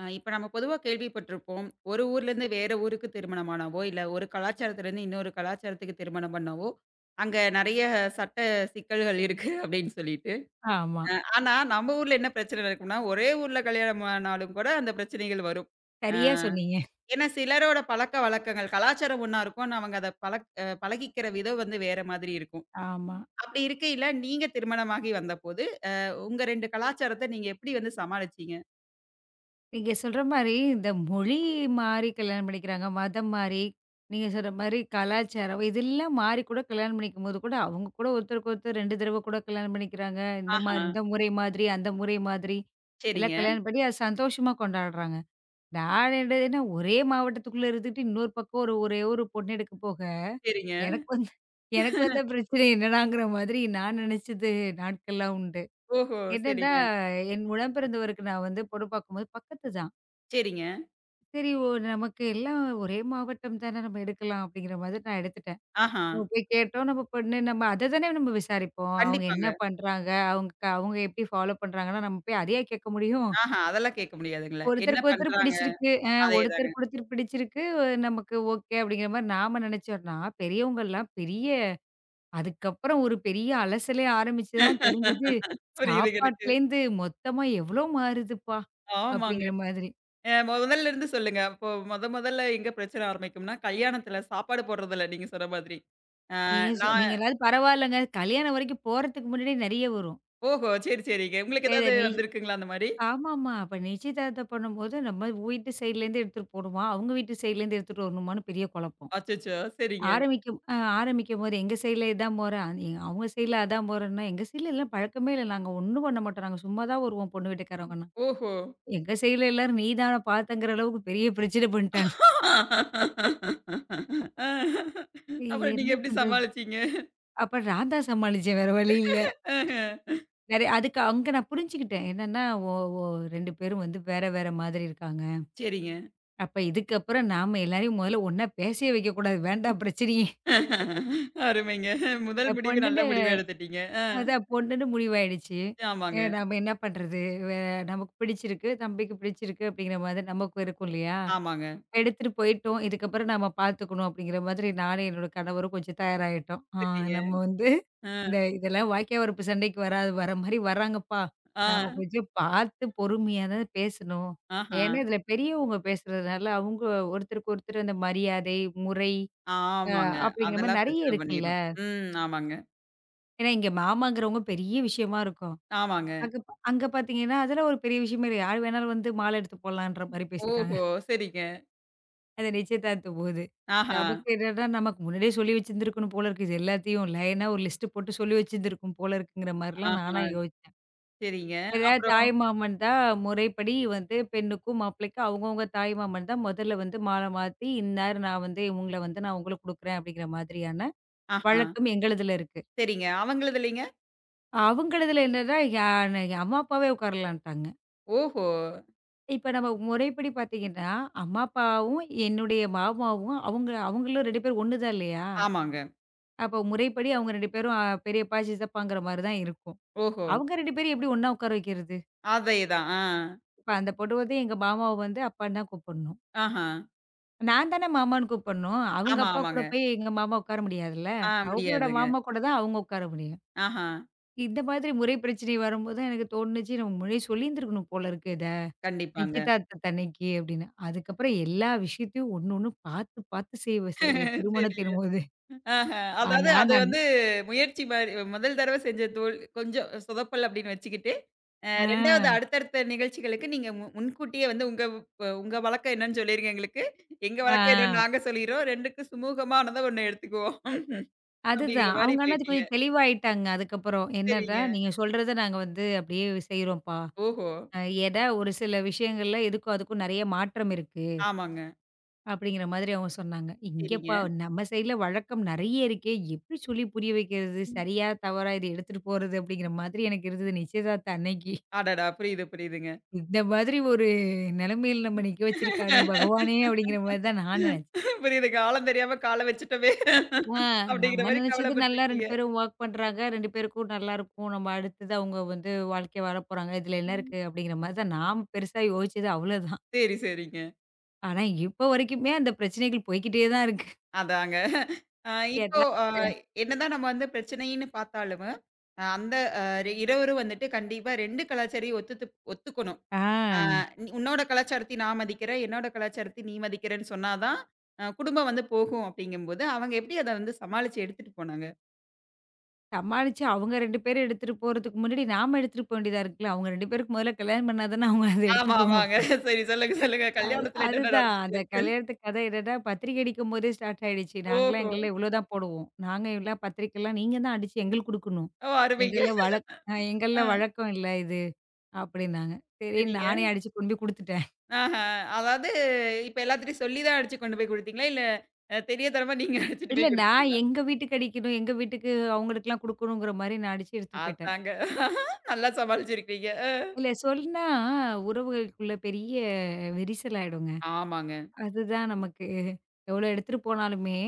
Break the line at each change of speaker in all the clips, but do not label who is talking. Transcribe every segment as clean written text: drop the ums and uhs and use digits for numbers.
இப்ப நம்ம பொதுவா கேள்விப்பட்டிருப்போம். ஒரு ஊர்லேருந்து வேற ஊருக்கு திருமணமானாவோ, இல்ல ஒரு கலாச்சாரத்திலேருந்து இன்னொரு கலாச்சாரத்துக்கு திருமணம் பண்ணவோ, அங்க நெறைய சட்ட சிக்கல்கள் இருக்கு அப்படின்னு சொல்லிட்டு.
ஆமா.
ஆனா, நம்ம ஊர்ல என்ன பிரச்சனை இருக்கும்னா, ஒரே ஊர்ல கல்யாணம் ஆனாலும் கூட அந்த பிரச்சனைகள் வரும். அ
சரியா சொன்னீங்க.
ஏன்னா சிலரோட பழக்கவழக்கங்கள், கலாச்சாரம் ஒண்ணா இருக்கும். ஆனா அவங்க அத பழக் அ பழகிக்கிற விதம் வந்து வேற மாதிரி இருக்கும்.
ஆமா.
அப்படி இருக்கையில நீங்க திருமணமாகி வந்தபோது, உங்க 2 கலாச்சாரத்த நீங்க எப்படி வந்து சமாளிச்சீங்க?
நீங்க சொல்ற மாரி, இந்த மொழி மாறி கல்யாணம் பண்ணிக்கிறாங்க. மதம் மாறி, நீங்க சொல்ற மாரி கலாச்சாரம் இதெல்லாம் மாறி கூட கல்யாணம் பண்ணிக்கும்போது கூட, அவங்க கூட ஒருத்தருக்கு ஒருத்தர் 2 தடவ கூட கல்யாணம் பண்ணிக்கிறாங்க. இந்த
ஆஹா!
மாரி இந்த முறை மாதிரி, அந்த முறை மாதிரி எல்லாம்
சரிங்க,
கல்யாணம் பண்ணி அது சந்தோஷமா கொண்டாடுறாங்க. நான் என்னதுன்னா, ஒரே மாவட்டத்துக்குள்ள இருந்துட்டு இன்னொரு பக்கம் ஒரே ஒரு பொண்ணு எடுக்க போக,
சரிங்க.
எனக்கு வந்து எனக்கு வந்த பிரச்சனை என்னடாங்கிற மாதிரி நான் நெனச்சது நாட்கள்லாம் உண்டு.
ஓஹோ!
என்னன்னா,
சரிங்க,
என் உடன்பிறந்தவருக்கு நான் வந்து பொண்ணு பார்க்கும்போது பக்கத்து தான்.
சரிங்க.
சரி ஓ நமக்கு எல்லாம் ஒரே மாவட்டம் தானே நம்ம எடுக்கலாம் அப்படிங்கிற மாதிரி நான் எடுத்துட்டேன்.
ஆஹா.
நம்ம போய் கேட்டோம் நம்ம பொண்ணு நம்ம அத தானே நம்ம விசாரிப்போம். அவங்க என்ன
கண்டிப்பாங்க.
பண்றாங்க? அவங்க எப்படி ஃபாலோ பண்றாங்கன்னா, நம்ம போய் அதையா கேட்க முடியும்?
ஆஹா, அதெல்லாம் கேட்க முடியாதுங்கள. என்ன
ஒருத்தருக்கு ஒருத்தர்
பண்றாங்க?
பிடிச்சிருக்கு.
அதேதாங்க.
ஒருத்தருக்கு ஒருத்தர் பிடிச்சிருக்கு. நமக்கு ஓகே அப்படிங்கிற மாரி நாம நினைச்சோம்னா, பெரியவங்கலாம் பெரிய அதுக்கப்புறம் ஒரு பெரிய அலசலே ஆரம்பிச்சு தான் தெரிஞ்சது,
புரியுதுங்க எனக்கு.
சாப்பாட்டுலேருந்து மொத்தமா எவ்ளோ மாறுதுப்பா!
ஆமாங்க.
அப்படிங்கிற மாதிரி.
முதல்ல இருந்து சொல்லுங்க. அப்போ மொதல்ல எங்க பிரச்சனை ஆரம்பிக்கும்னா, கல்யாணத்துல சாப்பாடு போடுறதுல நீங்க சொன்ன மாதிரி. அ நான்
நீங்க ஏதாவது பரவாயில்லங்க. கல்யாணம் வரைக்கும் போறதுக்கு முன்னாடியே நெறைய வரும்.
ஓஹோ! சரி, சரிங்க. உங்களுக்கு
ஏத
ஏதாவது
நெய்
வந்திருக்குங்களா அந்த மாரி?
ஆமாமா. அப்ப நிச்சயதார்த்தம் பண்ணும்போது நம்ம வீட்டு சைட்லேருந்து எடுத்துட்டு போணுமா? அவங்க வீட்டு சைட்லேருந்து எடுத்துட்டு வரணுமான்னு பெரிய குழப்பம்.
அச்சச்சோ! சரிங்க.
ஆரம்பிக்கும்போது எங்க சைட்ல இதான் மொற. அவங்க சைட்ல அதான் மொறன்னா, எங்க சைட்ல எல்லாம் பழக்கமே இல்ல. நாங்க ஒண்ணும் பண்ண மாட்டோம். நாங்க சும்மா தான் வருவோம் பொண்ணு வீட்டுக்காரவங்கலாம்.
ஓஹோ!
எங்க சைடுல எல்லாரும் நீ தான பார்த்தங்கிற அளவுக்கு பெரிய பிரச்சனை பண்ணிட்டாங்க.
அ அப்புறம் நீங்க
என்ன
எப்படி
பண்றது?
சமாளிச்சீங்க?
அப்ப நான் தான் சமாளிச்சேன் வேற வழி இல்ல.
அஹ.
நெறைய அதுக்கு அங்க நான் புரிஞ்சுக்கிட்டேன். என்னன்னா ஓ ஓ 2 பேரும் வந்து வேற வேற மாதிரி இருக்காங்க.
சரிங்க.
அப்ப இதுக்கப்புறம் நாம எல்லாரையும் முதல்ல ஒண்ணா பேசவே வைக்கக்கூடாது. வேண்டாம் பிரச்சனையே.
அருமைங்க. முதல் முடிவு நல்ல
பொண்ணுன்னு
முடிவா எடுத்துட்டீங்க. அ.
அதான் பொண்ணுன்னு முடிவாயிடுச்சு.
ஆமாங்க,
நாம என்ன பண்றது? வே நமக்கு பிடிச்சிருக்கு, தம்பிக்கு பிடிச்சிருக்கு அப்படிங்கிற மாதிரி நமக்கு இருக்கும் இல்லையா?
ஆமாங்க.
எடுத்துட்டு போயிட்டோம். இதுக்கப்புறம் நாம பார்த்துக்கணும் அப்படிங்கிற மாதிரி நானும் என்னோட கணவரும் கொஞ்சம் தயாராயிட்டோம். ஆ
சரிங்க.
நம்ம வந்து
அ,
இந்த இதெல்லாம் வாய்க்கா வரப்பு சண்டைக்கு வராது. வர மாரி வராங்கப்பா.
ஆ,
நாம கொஞ்சம் பார்த்து பொறுமையா தான் பேசணும்.
ஆஹா.
ஏன்னா, இதில பெரியவங்க பேசுறதுனால அவங்க ஒருத்தருக்கு ஒருத்தர் அந்த மரியாதை, முறை அ
ஆமாங்க.
அப்படிங்கிற மாரி
அதெல்லாம்
நெறைய
பிரச்சனை
இருக்குல்ல.
பண்ணிரும். ம். ஆமாங்க,
ஏன்னா, இங்க மாமாங்கிறவங்க பெரிய விஷயமா இருக்கும்.
ஆமாங்க.
அங்க பார்த்தீங்கன்னா, அதெல்லாம் ஒரு பெரிய விஷயமே இல்ல. யார் வேணாலும் வந்து மாலை எடுத்து போடலான்ற மாரி பேசிட்டாங்க.
ஓஹோ! சரிங்க.
அது நிச்சயதார்த்தம்போது.
ஆஹா,
நமக்கு என்னன்னா நமக்கு முன்னாடியே சொல்லி வச்சிருந்திருக்கணும் போல இருக்கு. இது எல்லாத்தையும் லைனா ஒரு லிஸ்ட் போட்டு சொல்லி வச்சிருந்திருக்கும் போல இருக்குங்கிற மாரிலாம் நானா
ஆஹா.
யோசிச்சேன்.
சரிங்க.
ஏதாவது
அப்புறம்
தாய்மாமன் தான் முறைப்படி வந்து பெண்ணுக்கும் மாப்பிள்ளைக்கும் அவங்கவங்க தாய்மாமன் தான் முதல்ல வந்து மாலை மாத்தி, "இன்னார் நான் வந்து இவங்கள வந்து நான் உங்களுக்கு குடுக்குறேன்." அப்படிங்கிற மாதிரியான
ஆஹா.
வழக்கம் எங்களுதுல இருக்கு.
சரிங்க. அவங்களுதுலைங்க?
அவங்களதுல என்னன்னா, யா ந அம்மா, அப்பாவே உட்காரலான்ட்டாங்க.
ஓஹோ!
இப்ப நம்ம முறைப்படி பார்த்தீங்கன்னா, அம்மா, அப்பாவும் என்னுடைய மாமாவும் அவங்களும் 2 பேரும் ஒண்ணு தான் இல்லையா?
ஆமாங்க.
அப்போ முறைப்படி அவங்க 2 பேரும் பெரியப்பா, சித்தப்பாங்கிற மாரி தான் இருக்கும்.
ஓஹோ!
அவங்க 2 பேரையும் எப்படி ஒண்ணா உட்கார வைக்கிறது?
அதேதான். ஆ.
இப்ப அந்த பொண்ணு வந்து எங்க மாமாவ வந்து அப்பான்னு தான் கூப்பிடணும்.
ஆஹா.
நான் தானே மாமான்னு கூப்பிடணும். அவங்க
ஆமா,
அப்பா கூட
ஆமாங்க.
போய் எங்க மாமா உட்கார முடியாதுல்ல.
ஆ
அவங்களோட
முடியாதுங்க.
மாமா கூட தான் அவங்க உட்கார முடியும்.
ஆஹா.
இந்த மாதிரி முறை பிரச்சனை வரும்போது தான் எனக்கு தோணுச்சு நம்ம முன்னாடியே சொல்லியிருந்திருக்கணும் போல இருக்கு இத.
கண்டிப்பாங்க.
நிச்சயதார்த்தத்து அன்னைக்கு அப்படின்னு. அதுக்கப்புறம் எல்லா விஷயத்தையும் ஒண்ணு ஒண்ணு பார்த்து பார்த்து செய்வ செ
சரி.
திருமணத்தின் போது.
ஆஹ. அதாவது
ஆனா
அது
நான்
வந்து முயற்சி மாரி முதல் தடவ செஞ்ச தோல் கொஞ்சம் சொதப்பல் அப்படின்னு வச்சுக்கிட்டு,
ஆ,
2வது அடுத்தடுத்த நிகழ்ச்சிகளுக்கு நீங்க முன்கூட்டியே வந்து உங்க வழக்கம் என்னன்னு சொல்லிருங்க எங்களுக்கு. எங்க ஆ. வழக்கம் என்னன்னு
ஆ
நாங்க சொல்லிர்றோம். 2க்கும் சுமூகமானத ஒண்ணு எடுத்துக்குவோம். அப்படிங்கிற
அதுதான்.
மாரி
அவங்க ஆனா அது
போயிட்டீங்க.
கொஞ்சம் தெளிவாயிட்டாங்க அதுக்கப்புறம். என்னடா
சரிங்க.
நீங்க சொல்றத நாங்க வந்து அப்படியே செய்றோம்ப்பா.
ஓஹோ!
அ ஏன்னா ஒரு சில விஷயங்கள்ல இதுக்கும் அதுக்கும் நெறைய மாற்றம் இருக்கு.
ஆமாங்க.
அப்படிங்கிற மாதிரி அவங்க சொன்னாங்க.
சரிங்க.
இங்கப்பா நம்ம சைடுல வழக்கம் நெறைய இருக்கே! எப்படி சொல்லி புரிய வைக்கிறது? சரியா? தவறா? இத எடுத்துட்டு போறது? அப்படிங்கிற மாதிரி எனக்கு இருந்தது நிச்சயதார்த்த அன்னைக்கு.
அடடா! புரியுது, புரியுதுங்க.
இந்த மாதிரி ஒரு நிலைமையில நம்ம நிக்க வச்சிருக்கானே பகவானே! அப்படிங்கிற மாதிரி தான் நான் நினைச்சேன்.
புரியுதுங்க. ஆழம் தெரியாம கால வச்சுட்டோமே!
ஆ
அப்படிங்கிற
நம்ம
மாரி
நினைச்சது நல்லா 2
கவலைப்பட்டுருக்கீங்க.
பேரும் ஒர்க் பண்றாங்க. 2 பேருக்கும் நல்லாருக்கும். நம்ம அடுத்தது அவங்க வந்து வாழ்க்கை வாழப்போறாங்க. இதுல என்ன
ம்.
இருக்கு? அப்படிங்கிற மாதிரி தான் நாம் பெருசா யோசிச்சது அவ்வளோதான்.
சரி, சரிங்க.
ஆனா இப்ப வரைக்குமே அந்த பிரச்சனைகள் போய்க்கிட்டே தான் இருக்கு.
அதாங்க. இப்போ
கேட்டா
என்னதான் நம்ம வந்து பிரச்சனைன்னு பார்த்தாலும், அ அந்த அ இருவரும் வந்துட்டு கண்டிப்பா 2 கலாச்சாரையும் ஒத்துத்து ஒத்துக்கணும்.
ஆ.
அ உன்னோட கலாச்சாரத்தை நான் மதிக்கிறேன், என்னோட கலாச்சாரத்தை நீ மதிக்கிறேன்னு சொன்னா தான், குடும்பம் வந்து போகும் அப்படிங்கும்போது, அவங்க எப்படி அத வந்து சமாளிச்சு எடுத்துட்டு போனாங்க?
சமாளிச்சு அவங்க 2 பேரும் எடுத்துட்டு போறதுக்கு முன்னாடி நாம எடுத்துட்டு போ வேண்டியதா இருக்குல்ல. அவங்க 2 பேருக்கு முதல்ல கல்யாணம் பண்ணா தானே அவங்க அத
ஆமா,
எடுத்துட்டு போணும்.
ஆமாங்க. சரி சொல்லுங்க, சொல்லுங்க. கல்யாணத்துல என்னென்ன
அதுதான். அந்த
நடந்துச்சு?
கல்யாணத்து கதை என்னன்னா, பத்திரிக்கை அடிக்கும்போதே ஸ்டார்ட் ஆயிடுச்சு. நாங்கலாம்
ஓஹோ!
எங்கள்ல இவ்ளோ தான் போடுவோம். நாங்க எல்லாம் பத்திரிக்கைலாம் நீங்க தான் அடிச்சு எங்களுக்கு குடுக்கணும்.
ஓ அருமைங்க.
எங்கள்ல
ஆ
வழக்கம் இல்ல இது அப்டின்னாங்க. சரின்னு
சரிங்க.
நானே அடிச்சு கொண்டு போய் குடுத்துட்டேன்.
ஆஹ. அதாவது இப்ப எல்லாத்துட்டயும் சொல்லி தான் அடிச்சு கொண்டு போய் குடுத்தீங்களா? இல்ல தெரியாத்தனமா நீங்க அடிச்சுட்டு
இல்ல
போய்
நான்
குடுத்துட்டீங்களா?
எங்க வீட்டுக்கு அடிக்கணும், எங்க வீட்டுக்கு அவங்களுக்குலாம் குடுக்கணுங்கிற மாரி நான் அடிச்சு எடுத்துட்டு போயிட்டேன்.
அதாங்க. நல்லா சமாளிச்சிருக்கிறீங்க. அ.
இல்ல சொன்னா உறவுகளுக்குள்ள பெரிய விரிசல் ஆயிடுங்க.
ஆமாங்க.
அதுதான் நமக்கு. எவ்வளோ எடுத்துட்டு போனாலுமே,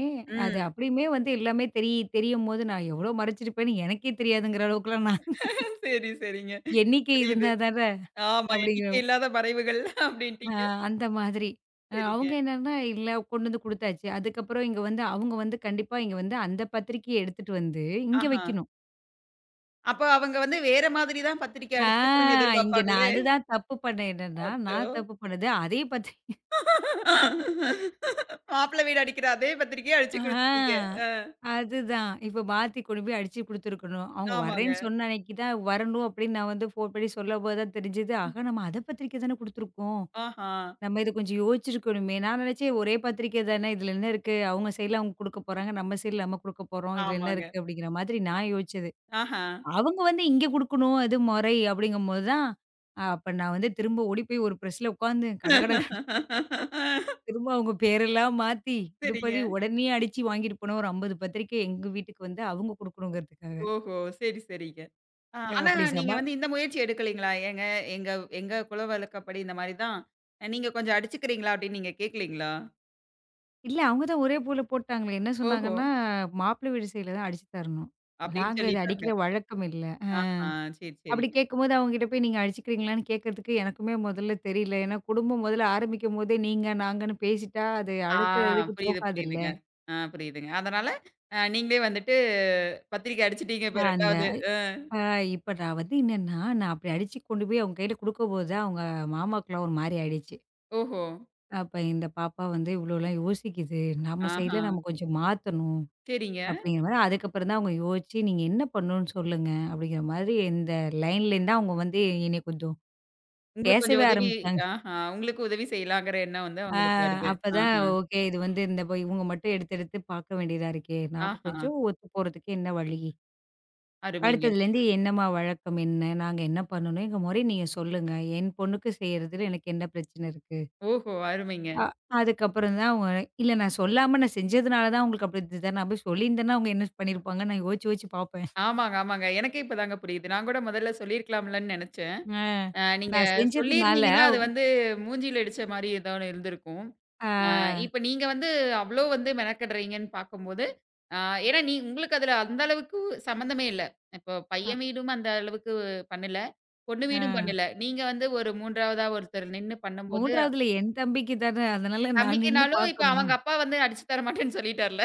அது
ம்.
அப்படியுமே வந்து எல்லாமே தெரி தெரியும்போது, நான் எவ்வளோ மறைச்சிருப்பேன்னு எனக்கே தெரியாதுங்கிற அளவுக்குலாம் நான்
சரி, சரிங்க.
எண்ணிக்கை
புரியுது.
இருந்தா தானே
ஆமா.
அப்படிங்கிற
எண்ணிக்கை இல்லாத மறைவுகள்
அ
அப்டின்ட்டீங்க.
அந்த மாதிரி. அவங்க
சரிங்க.
என்னன்னா, இல்ல கொண்டு வந்து குடுத்தாச்சு. அதுக்கப்புறம் இங்க வந்து அவங்க வந்து கண்டிப்பா இங்க வந்து அந்த பத்திரிக்கைய எடுத்துட்டு வந்து இங்க
ஆஹா.
வைக்கணும்.
அப்ப அவங்க வந்து வேற மாதிரி தான் பத்திரிக்கை
ஆ
அடிச்சிருக்கணும்னு
இங்க நான்
எதிர்பார்ப்பாங்களே!
அதுதான் தப்பு பண்ணேன் என்னன்னா,
அச்சோ!
நான் தப்பு பண்ணது அதே பத்திரி
மாப்பிள வீடு அடிக்கிற அதே பத்திரிக்கைய அடிச்சு
ஆ
குடுத்துட்டீங்க. அ.
அதுதான். இப்ப மாத்தி கொண்டு போய் அடிச்சு குடுத்துருக்கணும். அவங்க
ஆமாங்க.
வரேன்னு சொன்ன அன்னைக்கு தான் வரணும் அப்படின்னு நான் வந்து ஃபோன் பண்ணி சொல்லம்போது தான் தெரிஞ்சது. ஆஹா! நம்ம அத பத்திரிக்கை தானே குடுத்துருக்கோம்.
ஆஹா.
நம்ம இத கொஞ்சம் யோசிச்சிருக்கணுமே! நான் நினைச்சேன் ஒரே பத்திரிக்கை தானே இதுல என்ன இருக்கு? அவங்க சைட்ல அவங்க குடுக்க போறாங்க. நம்ம சைட்ல நம்ம குடுக்க போறோம். இதுல என்ன
ஆமாங்க.
இருக்கு? அப்படிங்கிற மாதிரி நான் யோசிச்சது.
ஆஹா.
அவங்க வந்து இங்க குடுக்கணும். அது முறை அப்படிங்கும்போது தான், அப்ப நான் வந்து திரும்ப ஓடி போய் ஒரு பிரஸ்ல உட்காந்து கடகட திரும்ப அவங்க பேரெல்லாம் மாத்தி, இது பண்ணி
சரிங்க.
உடனே அடிச்சு வாங்கிட்டு போன ஒரு 50 பத்திரிக்கை எங்க வீட்டுக்கு வந்து அவங்க குடுக்கணுங்கிறதுக்காக.
ஓஹோ! சரி, சரிங்க. ஆ,
அ
ஆனா
அப்படி
நீங்க
சமா
வந்து இந்த முயற்சி எடுக்கலீங்களா? "ஏங்க எங்க எங்க குல வழக்கப்படி இந்த மாரி தான். நீங்க கொஞ்சம் அடிச்சுக்கிறீங்களா?" அப்படின்னு நீங்க கேட்கலீங்களா?
இல்ல அவங்க தான் ஒரே போல போட்டாங்களே. என்ன
"ஓஹோ!"
சொன்னாங்கன்னா, மாப்பிள்ளை வீடு சைடுல தான் அடிச்சு தரணும்.
அப்படின்னு
நாங்க இத
சொல்லிட்டாங்க.
அடிக்கிற வழக்கம் இல்ல.
ஆஹா, சரி,
அப்படி
சரிங்க.
கேட்கும்போது அவங்ககிட்ட போய் நீங்க அடிச்சுக்கிறீங்களான்னு கேட்கறதுக்கு எனக்குமே முதல்ல தெரியல. ஏன்னா குடும்பம் முதல்ல ஆரம்பிக்கும்போதே நீங்க, நாங்கன்னு பேசிட்டா அது
ஆ
அடுத்த இதுக்கு
புரியுது,
போகாதுல்ல.
புரியுதுங்க. ஆ புரியுதுங்க. அதனால நீங்களே வந்துட்டு பத்திரிக்கை அடிச்சுட்டீங்க
அ
இப்ப
அந்த
2வது.
அ இப்ப நான் வந்து என்னன்னா, நான் அப்படி அடிச்சு கொண்டு போய் அவங்க கையில குடுக்கும்போது தான் அவங்க மாமாவுக்குலாம் ஒரு மாரி ஆயிடுச்சு.
ஓஹோ!
அப்ப இந்த பாப்பா வந்து இவ்வளோலாம் யோசிக்குது. நம்ம
ஆஹா,
சைட்ல நம்ம கொஞ்சம் மாத்தணும்.
சரிங்க.
அப்படிங்கிற மாரி அதுக்கப்புறம் தான் அவங்க யோசிச்சு, நீங்க என்ன பண்ணணும்னு சொல்லுங்க. அப்படிங்கிற மாதிரி இந்த லைன்லேருந்து அவங்க வந்து என்னைய கொஞ்சம்
உங்களுக்கு கொஞ்சம்
பேசவே
உதவி
ஆரம்பிச்சாங்க.
ஆஹா, உங்களுக்கு உதவி செய்யலாங்கிற எண்ணம் வந்து
ஆ
அவங்களுக்கு வருது.
அப்பதான்
ஆஹா,
ஓகே இது வந்து இந்த ப இவங்க மட்டும் எடுத்து எடுத்து பார்க்க வேண்டியதா இருக்கே. நாம
ஆஹா.
கொஞ்சம் ஒத்து போறதுக்கு என்ன வழி?
அருமைங்க.
அடுத்ததுலேருந்து என்னம்மா வழக்கம் என்ன? நாங்க என்ன பண்ணணும்? எங்க முறை நீங்க சொல்லுங்க. என் பொண்ணுக்கு செய்றதுல எனக்கு என்ன பிரச்சனை இருக்கு?
ஓஹோ! அருமைங்க.
அ அதுக்கப்புறம் தான் அவங்க இல்ல நான் சொல்லாம நான் செஞ்சதுனால தான் அவங்களுக்கு அப்படி இருந்தது. நான் போய் சொல்லியிருந்தேன்னா, அவங்க என்ன பண்ணியிருப்பாங்க? நான் யோசிச்சு யோசிச்சு பார்ப்பேன்.
ஆமாங்க, ஆமாங்க. எனக்கே இப்பதாங்க புரியுது. நான் கூட முதல்ல சொல்லியிருக்கலாம்லன்னு நெனச்சேன்.
அ
நீங்க
நான் செஞ்சதுனால
சொல்லியிருந்தீங்கன்னா, அது வந்து மூஞ்சில இடிச்ச மாரி ஏதோ ஒண்ணு இருந்திருக்கும். அ
அ
இப்ப நீங்க வந்து அவ்ளோ வந்து மெனக்கடுறீங்கன்னு பார்க்கும்போது, அ ஏன்னா நீ உங்களுக்கு அதுல அந்த அளவுக்கு சம்மந்தமே இல்ல. இப்போ
அ
பையன் வீடும் அந்த அளவுக்கு பண்ணல. பொண்ணு வீடும்
அ
பண்ணல. நீங்க வந்து ஒரு 3வதா ஒருத்தர் நின்னு பண்ணும்போது,
3வதுல என் தம்பிக்கு தானே, அதனால நான் நின்னு
தம்பிக்குனாலும் இப்ப அவங்க
பார்க்கணும்.
அப்பா வந்து அடிச்சு தர மாட்டேன்னு சொல்லிட்டார்ல.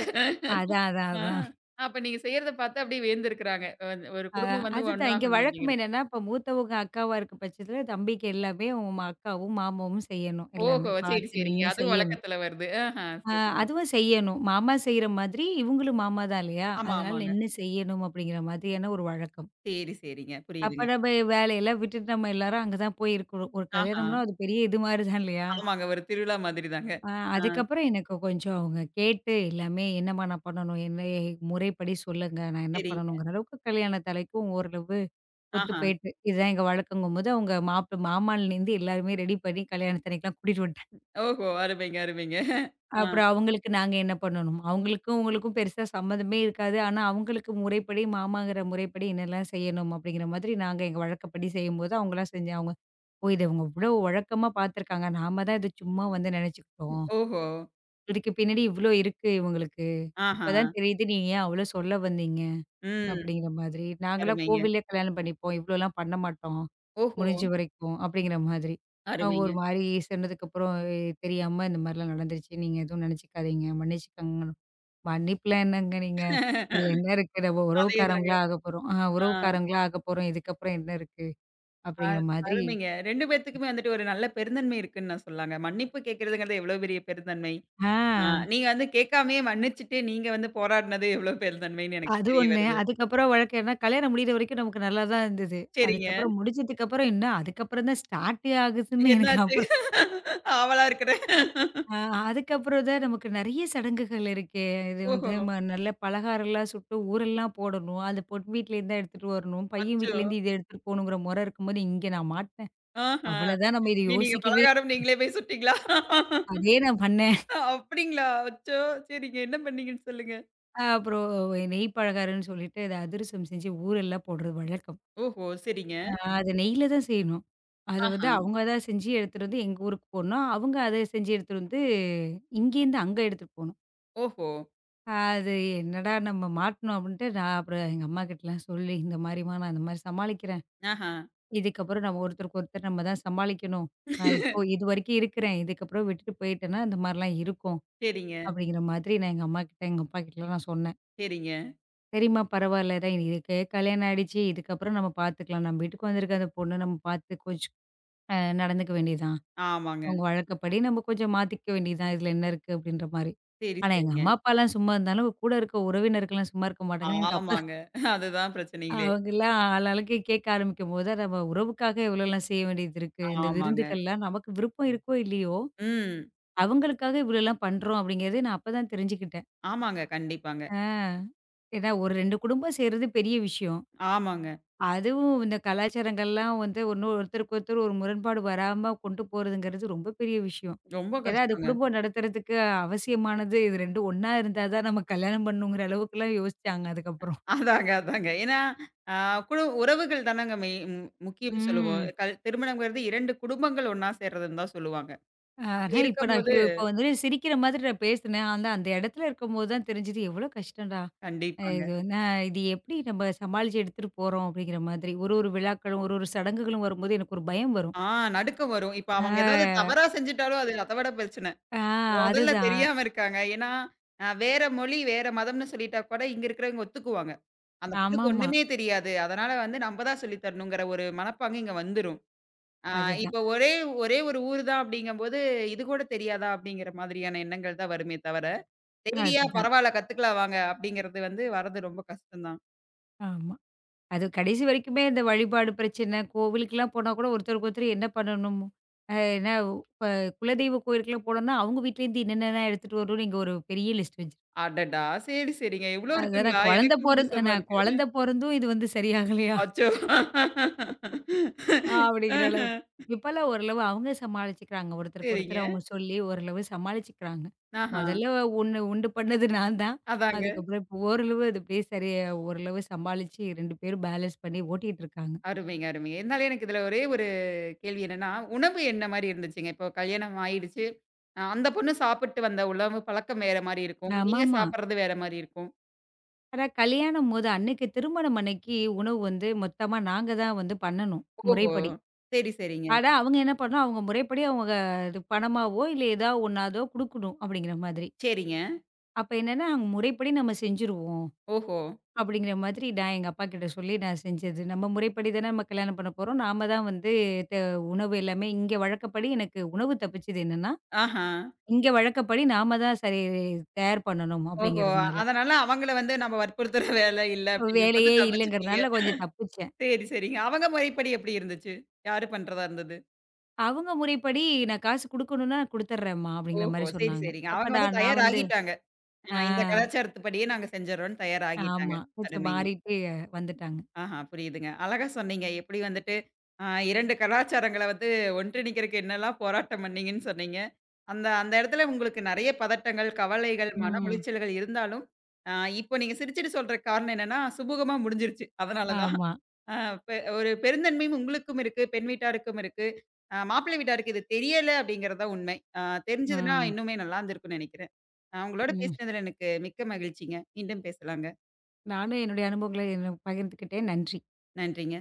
அதான், அதான்,
அ
அதான்.
அப்ப நீங்க செய்யறத பார்த்து அப்படியே வியந்திருக்கிறாங்க. ஒரு குடும்பம் வந்து
அதுதான் இங்க
ஒண்ணாகணும்
வழக்கம்
அப்படிங்கிறது.
என்னன்னா, இப்ப மூத்தவங்க அக்காவா இருக்க பட்சத்துல தம்பிக்கு எல்லாமே அவங்க அக்காவும், மாமாவும் செய்யணும். எல்லாமே
ஓஹோ! சரி,
பார்த்து
சரிங்க.
நின்னு
அதுவும்
செய்யணும்.
வழக்கத்துல வருது. ஆஹா,
அ
சரிங்க.
அதுவும் செய்யணும். மாமா செய்ற மாதிரி இவங்களும் மாமா தான் இல்லையா?
ஆமா,
அதனால
ஆமாங்க.
நின்னு செய்யணும் அப்படிங்கிற மாதிரியான ஒரு வழக்கம்.
சரி, சரிங்க.
அப்ப
புரியுதுங்க.
நம்ம வேலையெல்லாம் விட்டுட்டு நம்ம எல்லாரும் அங்க தான் போய் இருக்கிறோம். ஒரு
ஆஹா,
கல்யாணம்னா அது பெரிய இது மாரி தான் இல்லையா?
ஆமாங்க. ஒரு திருவிழா மாதிரி தாங்க.
அ
ஆ,
அதுக்கப்புறம் எனக்கு கொஞ்சம் அவங்க கேட்டு எல்லாமே என்னம்மா நான் பண்ணணும்? என்ன முறைப்படி சொல்லுங்க. நான் என்ன
சரிங்க.
பண்ணணுங்கிற அளவுக்கு கல்யாண தலைக்கும் ஓரளவு ஒத்து
ஆஹா.
போயிட்டு. இதுதான் எங்க வழக்கங்கும்போது அவங்க மாப்பு மாமான்லேருந்து எல்லாருமே ரெடி பண்ணி கல்யாண அன்னைக்குலாம் கூட்டிட்டு வந்துட்டேன்.
ஓஹோ! அருமைங்க, அருமைங்க. ஆ,
அப்புறம் அவங்களுக்கு நாங்க என்ன பண்ணணும்? அவங்களுக்கும் உங்களுக்கும் பெருசா சம்மந்தமே இருக்காது. ஆனா அவங்களுக்கு முறைப்படி மாமாங்கிற முறைப்படி என்னெல்லாம் செய்யணும்? அப்படிங்கிற மாதிரி நாங்க எங்க வழக்கப்படி செய்யும்போது அவங்கலாம் செஞ்சாங்க. ஓ! இத இவங்க இவ்ளோ வழக்கமா பார்த்துருக்காங்க. நாம தான் இத சும்மா வந்து நினைச்சுக்கிட்டோம்.
ஓஹோ!
இதுக்கு பின்னாடி இவ்ளோ இருக்கு இவங்களுக்கு.
ஆஹா.
இப்பதான் தெரியுது நீங்க ஏன் அவ்ளோ சொல்ல வந்தீங்க?
ம்.
அப்படிங்கிற மாதிரி. நாங்கலாம்
அருமைங்க.
கோவில்லயே கல்யாணம் பண்ணிப்போம். இவ்ளோலாம் பண்ண மாட்டோம்.
ஓஹோ!
முடிஞ்ச வரைக்கும் அப்படிங்கிற மாதிரி. அவங்க
அருமைங்க.
ஒரு மாரி சொன்னதுக்கப்புறம் தெரியாம இந்த மாரிலாம் நடந்துருச்சு. நீங்க எதுவும் நினைச்சுக்காதீங்க. மன்னிச்சுக்கங்க. மன்னிப்புலாம் என்னங்க நீங்க? இதுல என்ன இருக்கு? நம்ம
அதேதாங்க.
உறவுக்காரவங்களா ஆகப்போறோம்.
ஆ,
உறவுக்காரவங்களா ஆகப்போறோம். இதுக்கப்புறம் என்ன இருக்கு?
அ
அப்படிங்கிற மாதிரி.
அருமைங்க. 2 பேத்துக்குமே வந்துட்டு ஒரு நல்ல பெருந்தன்மை இருக்குன்னு நான் சொல்லாங்க. மன்னிப்பு கேட்கிறதுங்கிறது எவ்வளோ பெரிய பெருந்தன்மை.
ஆ.
ஆ, நீங்க வந்து கேட்காமயே மன்னிச்சுட்டு, நீங்க வந்து போராடினது எவ்வளோ பெருந்தன்மைன்னு எனக்கு
அது
தெரிய
ஒண்ணு.
வருது.
அதுக்கப்புறம் வழக்கம் ஏன்னா, கல்யாணம் முடியிற வரைக்கும் நமக்கு நல்லா தான் இருந்தது.
சரிங்க.
அதுக்கப்புறம் முடிஞ்சதுக்கப்புறம் என்ன, அதுக்கப்புறம் தான் ஸ்டார்ட்டே ஆகுதுன்னு எனக்கு
என்னாச்சு?
அப்புறம்
ஆவலா இருக்கிறேன்.
அ அதுக்கப்புறம் தான் நமக்கு நெறைய சடங்குகள் இருக்கே. இது வந்து
ஓஹோ!
நல்ல பலகாரம்லாம் சுட்டு ஊரெல்லாம் போடணும். அது பொண்ணு வீட்லேருந்து தான் எடுத்துட்டு வரணும். பையன்
அச்சோ!
வீட்லேருந்து இத எடுத்துட்டு போகணுங்கிற முறை இருக்கும்போது, இங்கே நான் மாட்னேன்.
ஆஹா!
அவ்வளோதான் நம்ம இத
இனி நீங்க
யோசிக்கவே
பலகாரம் நீங்களே போய் சுட்டீங்களா?
அதே நான் பண்ணேன்.
அப்டிங்களா? அச்சோ! சரிங்க. என்ன பண்ணீங்கன்னு சொல்லுங்க.
அப்புறம் நெய் பலகாரம்ன்னு சொல்லிட்டு, அத அதிரசம் செஞ்சு ஊரெல்லாம் போடுறது வழக்கம்.
ஓஹோ! சரிங்க.
அத நெய்யில தான் செய்யணும். அத வந்து
ஆஹா!
அவங்க தான் செஞ்சு எடுத்துட்டு வந்து எங்க ஊருக்கு போடணும். அவங்க அத செஞ்சு எடுத்துட்டு வந்து இங்கேருந்து அங்க எடுத்துட்டு போணும்.
ஓஹோ!
அது என்னடா நம்ம மாட்டுனோம் அப்படின்ட்டு நான் அப்புறம் எங்க அம்மா கிட்டலாம் சொல்லி, இந்த மாரிம்மா நான் இந்த மாரி சமாளிக்கிறேன்.
ஆஹா!
இதுக்கப்புறம் நம்ம ஒருத்தருக்கு ஒருத்தர் நம்ம தான் சமாளிக்கணும். நான் இப்போ இதுவரைக்கும் இருக்கிறேன். இதுக்கப்புறம் விட்டுட்டு போயிட்டேன்னா இந்த மாரிலாம் இருக்கும்.
சரிங்க,
அப்படிங்கிற மாதிரி நான் எங்க அம்மாகிட்ட, எங்க அப்பா கிட்டலாம் நான் சொன்னேன்.
சரிங்க.
சரிம்மா பரவாயில்ல தான் இதுக்கு கல்யாணம் ஆயிடுச்சு. இதுக்கப்புறம் நம்ம பார்த்துக்கலாம். நம்ம வீட்டுக்கு வந்திருக்க அந்த பொண்ணு நம்ம பார்த்து கொஞ்சம் அ நடந்துக்க வேண்டியது தான்.
ஆமாங்க.
அவங்க வழக்கப்படி நம்ம கொஞ்சம் மாத்திக்க வேண்டியது தான். இதுல என்ன இருக்கு அப்படின்ற மாரி.
சரி,
ஆனா எங்க
சரிங்க.
அம்மா, அப்பாலாம் சும்மா இருந்தாலும் கூட இருக்க உறவினர்கள்லாம் சும்மா இருக்க மாட்டாங்கன்னு எனக்கு அப்ப
ஆமாங்க. அதுதான் பிரச்சனைங்களே.
அவங்கலாம் ஆளாளுக்கு கேட்க ஆரம்பிக்கும்போது, நம்ம உறவுக்காக எவ்வளோலாம் செய்ய வேண்டியது இருக்கு. இந்த
ஆமாங்க.
விருந்துகள்லாம் நமக்கு விருப்பம் இருக்கோ இல்லையோ,
ம்.
அவங்களுக்காக இவ்வளோலாம் பண்றோம் அப்படிங்கிறதே நான் அப்பதான் தெரிஞ்சுக்கிட்டேன்.
ஆமாங்க. கண்டிப்பாங்க.
ஆ. ஏன்னா ஒரு 2 குடும்பம் சேர்றது பெரிய விஷயம்.
ஆமாங்க.
அதுவும் இந்த கலாச்சாரங்கள்லாம் வந்து ஒண்ணு ஒருத்தருக்கு ஒருத்தர் ஒரு முரண்பாடு வராம கொண்டு போறதுங்கிறது ரொம்ப பெரிய விஷயம்.
ரொம்ப
ஏன்னா, அது
கஷ்டங்க.
குடும்பம் நடத்துறதுக்கு அவசியமானது. இது 2 ஒண்ணா இருந்தா தான் நம்ம கல்யாணம் பண்ணணுங்கிற அளவுக்குலாம் யோசிச்சாங்க அதுக்கப்புறம்.
அதாங்க, அதாங்க. ஏன்னா, ஆ குழு உறவுகள் தானங்க மெய் ம் முக்கியம்னு ம். சொல்லுவோம்.
ம்.
திருமணம்ங்கிறது 2 குடும்பங்கள் ஒண்ணா சேர்றதுன்னு தான் சொல்லுவாங்க. அப்படி
ஆனா, இப்ப நான்
இருக்கும்போது
ஐயோ! இப்ப வந்து சிரிக்கிற மாதிரி நான் பேசினேன். ஆனா, அந்த இடத்துல இருக்கும்போது தான் தெரிஞ்சது எவ்வளோ கஷ்டம்டா!
கண்டிப்பாங்க.
இது வந்து இது எப்படி நம்ம சமாளிச்சு எடுத்துட்டு போறோம் அப்படிங்கிற மாதிரி. ஒரு ஒரு விழாக்களும், ஒரு ஒரு சடங்குகளும் வரும்போது எனக்கு ஒரு பயம் வரும்.
ஆ நடுக்கம் வரும். இப்ப
ஆ,
அவங்க ஏதாவது தவறா செஞ்சுட்டாலும் அது அத விட பிரச்சனை.
ஆ
மொதல்ல
அதுதான்.
தெரியாம இருக்காங்க. ஏன்னா, வேற மொழி, வேற மதம்னு சொல்லிட்டா கூட இங்க இருக்கிறவங்க ஒத்துக்குவாங்க. அந்த பொண்ணுக்கு
ஆமாமா.
ஒண்ணுமே தெரியாது. அதனால வந்து நம்ப தான் சொல்லி தரணுங்கிற ஒரு மனப்பாங்கு இங்க வந்துரும். ஆ
அதுதான்.
இப்ப ஒரே ஒரே ஒரு ஊர் தான் அப்படிங்கும்போது, இது கூட தெரியாதா அப்படிங்கிற மாதிரியான எண்ணங்கள் தான் வருமே தவிர டெய்லியா
அதுதான்.
பரவால்ல கத்துக்கலாம் வாங்க அப்படிங்கிறது வந்து வர்றது ரொம்ப கஷ்டம் தான்.
ஆமா. அது கடைசி வரைக்குமே இந்த வழிபாடு பிரச்சனை, கோவிலுக்குலாம் போனா கூட ஒருத்தருக்கு ஒருத்தர் என்ன பண்ணணும்? அ என்ன இப்ப குலதெய்வ கோயிலுக்குலாம் போனோம்னா, அவங்க வீட்லேருந்து என்னென்னலாம் எடுத்துட்டு வரணும்னு இங்க ஒரு பெரிய லிஸ்ட் வச்சு
அடடா! சரி, சரிங்க. இவ்ளோ
அதுதான்
இருக்குங்களா? எனக்கும் புதுசமா
நான்
இருக்கு.
குழந்தை பொறந்தும் இது வந்து சரியாகலையா?
அச்சோ!
அப்படிங்கிற
ஆஹா.
அளவுக்கு. இப்பலாம் ஓரளவு அவங்க சமாளிச்சுக்கிறாங்க. ஒருத்தருக்கு
சரிங்க.
ஒருத்தர் அவங்க சொல்லி ஓரளவு சமாளிச்சுக்கிறாங்க.
ஆஹா.
முதல்ல ஒண்ணு உண்டு பண்ணது நான் தான்.
அதாங்க.
அதுக்கப்புறம் இப்போ ஓரளவு அது அப்படியே சரியா ஓரளவு சமாளிச்சு 2 பேரும் பேலன்ஸ் பண்ணி ஓட்டிட்டு இருக்காங்க.
அருமைங்க, அருமைங்க. இருந்தாலும் எனக்கு இதுல ஒரே ஒரு கேள்வி என்னன்னா, உணவு என்ன மாரி இருந்துச்சுங்க? இப்போ கல்யாணம் ஆயிடுச்சு. அந்த பொண்ணு சாப்பிட்டு வந்த உணவு பழக்கம் வேற மாரி இருக்கும். நீங்க
ஆமாமா.
சாப்பிடுறது வேற மாரி இருக்கும்.
ஆனா கல்யாணம்போது அன்னைக்கு திருமணம் அன்னைக்கு உணவு வந்து மொத்தமா நாங்க தான் வந்து பண்ணணும்,
ஓஹோ!
முறைப்படி.
சரி, சரிங்க.
ஆனா அவங்க என்ன பண்ணணும், அவங்க முறைப்படி அவங்க இது பணமாவோ, இல்ல ஏதா ஒண்ணாதோ குடுக்கணும் அப்படிங்கிற மாதிரி.
சரிங்க.
அப்ப என்னன்னா, அவங்க முறைப்படி நம்ம செஞ்சுருவோம்
ஓஹோ!
அப்படிங்கிற மாதிரி நான் எங்க அப்பாகிட்ட சொல்லி நான் செஞ்சது. நம்ம முறைப்படி தானே நம்ம கல்யாணம் பண்ண போறோம். நாம தான் வந்து த உணவு எல்லாமே இங்க வழக்கப்படி எனக்கு உணவு தப்பிச்சது என்னன்னா,
ஆஹா.
இங்க வழக்கப்படி நாம தான் தயார் பண்ணணும்
ஓஹோ!
அப்படிங்கிறதுனால.
அதனால அவங்கள வந்து நம்ம வற்புறுத்துற வேலை இல்ல அப்படிங்கும்போது
வேலையே
தப்பிச்சுட்டீங்க.
இல்லங்கிறதுனால கொஞ்சம் தப்பிச்சேன்.
சரி, சரிங்க. அவங்க முறைப்படி எப்படி இருந்துச்சு? யாரு பண்றதா இருந்தது?
அவங்க முறைப்படி நான் காசு குடுக்கணும்னா குடுத்துடுறேன்ம்மா, அப்படிங்கிற
ஓஹோ!
மாரி
சரி,
சொன்னாங்க.
சரிங்க. அவங்க
அப்படா
வந்து
நான் வந்து
தயாராகிட்டாங்க. ஆ
ஆ
இந்த கலாச்சாரத்துப்படியே நாங்க செஞ்சர்றோம்ன்னு தயாராகிட்டாங்க.
ஆமா. கொஞ்சம்
அருமைங்க.
மாறிட்டு வந்துட்டாங்க.
ஆஹா, புரியுதுங்க. அழகா சொன்னீங்க. எப்படி வந்துட்டு அ 2 கலாச்சாரங்கள வந்து ஒன்றிணைக்கிறக்கு என்னெல்லாம் போராட்டம் பண்ணீங்கன்னு சொன்னீங்க. அந்த அந்த இடத்துல உங்களுக்கு நெறைய பதட்டங்கள், கவலைகள், மன
ம்.
உளைச்சல்கள் இருந்தாலும், அ இப்போ நீங்க சிரிச்சுட்டு சொல்ற காரணம் என்னன்னா, சுமூகமா முடிஞ்சிருச்சு. அதனால தான்.
ஆமா.
அ பெ ஒரு பெருந்தன்மையும் உங்களுக்கும் இருக்கு, பெண் வீட்டாருக்கும் இருக்கு. மாப்பிள்ளை வீட்டாருக்கு இது தெரியல அப்படிங்கிறது தான் உண்மை. தெரிஞ்சதுன்னா
ம்.
இன்னுமே நல்லா இருந்திருக்கும்னு நெனைக்கிறேன். உங்களோட
ம்.
பேசினதுல எனக்கு மிக்க மகிழ்ச்சிங்க. மீண்டும் பேசலாங்க.
நானும் என்னுடைய அனுபவங்கள என்ன பகிர்ந்துக்கிட்டேன். நன்றி.
நன்றிங்க.